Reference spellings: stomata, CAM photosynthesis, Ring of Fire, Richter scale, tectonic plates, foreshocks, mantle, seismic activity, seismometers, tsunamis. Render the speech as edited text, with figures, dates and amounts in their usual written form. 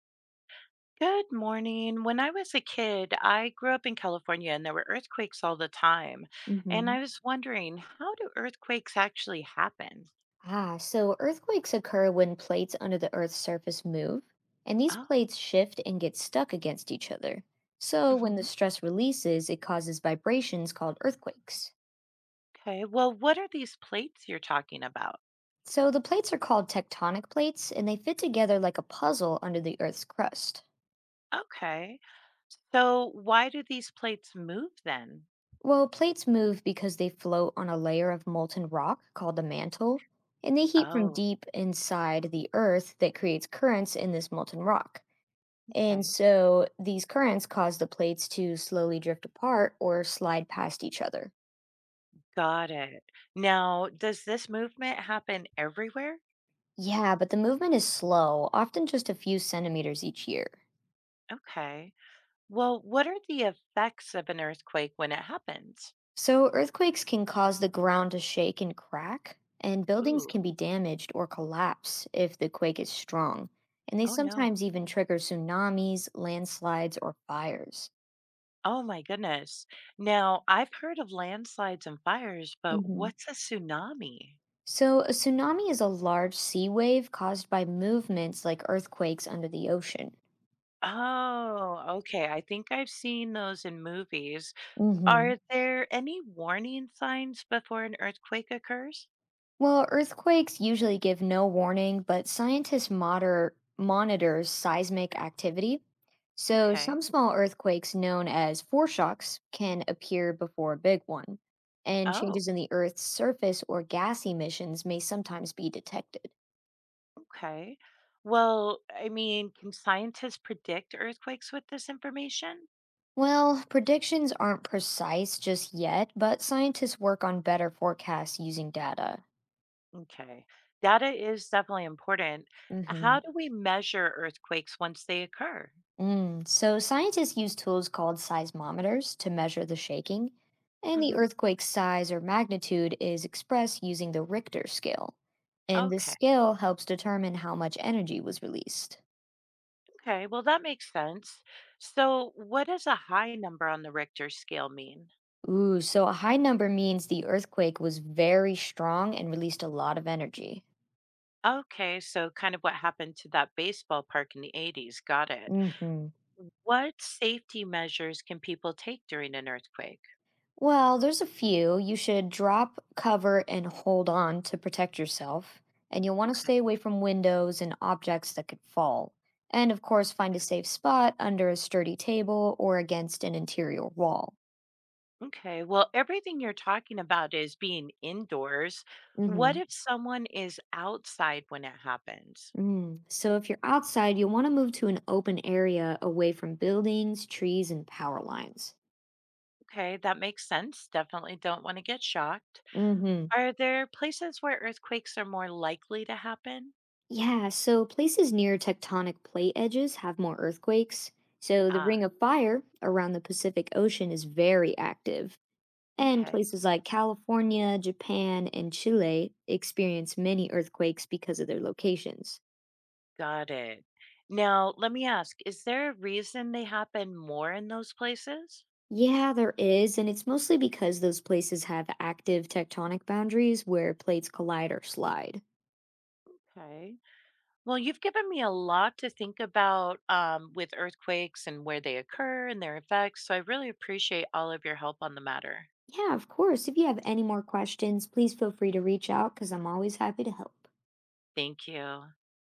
Good morning. When I was a kid, I grew up in California and there were earthquakes all the time. And I Hmm. was wondering, how do earthquakes actually happen? Ah, so earthquakes occur when plates under the Earth's surface move, and these Oh, plates shift and get stuck against each other. So when the hmm, stress releases, it causes vibrations called earthquakes. okay. Well, what are these plates you're talking about? So the plates are called tectonic plates, and they fit together like a puzzle under the Earth's crust. Okay. So, why do these plates move then? Well, plates move because they float on a layer of molten rock called the mantle, and they heat from Oh, deep inside the Earth that creates currents in this molten rock. And okay. so these currents cause the plates to slowly drift apart or slide past each other. Got it. Now, does this movement happen everywhere? Yeah, but the movement is slow, often just a few centimeters each year. Okay. Well, what are the effects of an earthquake when it happens? So earthquakes can cause the ground to shake and crack, and buildings Ooh, can be damaged or collapse if the quake is strong. And they oh no. sometimes even trigger tsunamis, landslides, or fires. Oh my goodness. Now, I've heard of landslides and fires, but Hmm. what's a tsunami? So, a tsunami is a large sea wave caused by movements like earthquakes under the ocean. Oh, okay. I think I've seen those in movies. Hmm. Are there any warning signs before an earthquake occurs? Well, earthquakes usually give no warning, but scientists monitor seismic activity. So, Okay. some small earthquakes, known as foreshocks, can appear before a big one, and Oh, changes in the Earth's surface or gas emissions may sometimes be detected. okay. Well, I mean, can scientists predict earthquakes with this information? Well, predictions aren't precise just yet, but scientists work on better forecasts using data. Okay. Data is definitely important. Hmm. How do we measure earthquakes once they occur? Mm, so scientists use tools called seismometers to measure the shaking, and the Hmm. earthquake's size or magnitude is expressed using the Richter scale. And this Okay. scale helps determine how much energy was released. Okay, well, that makes sense. So, what does a high number on the Richter scale mean? Ooh, so a high number means the earthquake was very strong and released a lot of energy. Okay, so kind of what happened to that baseball park in the 80s. Got it. Hmm. What safety measures can people take during an earthquake? Well, there's a few. You should drop, cover, and hold on to protect yourself. And you'll want to Okay. stay away from windows and objects that could fall. And of course, find a safe spot under a sturdy table or against an interior wall. Okay, well, everything you're talking about is being indoors. What Mm-hmm. if someone is outside when it happens? Mm. So if you're outside, you'll want to move to an open area away from buildings, trees, and power lines. Okay, that makes sense. Definitely don't want to get shocked. Mm-hmm. Are there places where earthquakes are more likely to happen? Yeah, so places near tectonic plate edges have more earthquakes. So the Ah, Ring of Fire around the Pacific Ocean is very active. And okay. places like California, Japan, and Chile experience many earthquakes because of their locations. Got it. Now, let me ask, is there a reason they happen more in those places? Yeah, there is, and it's mostly because those places have active tectonic boundaries where plates collide or slide. Okay. Well, you've given me a lot to think about with earthquakes and where they occur and their effects. So I really appreciate all of your help on the matter. Yeah, of course. If you have any more questions, please feel free to reach out because I'm always happy to help. Thank you.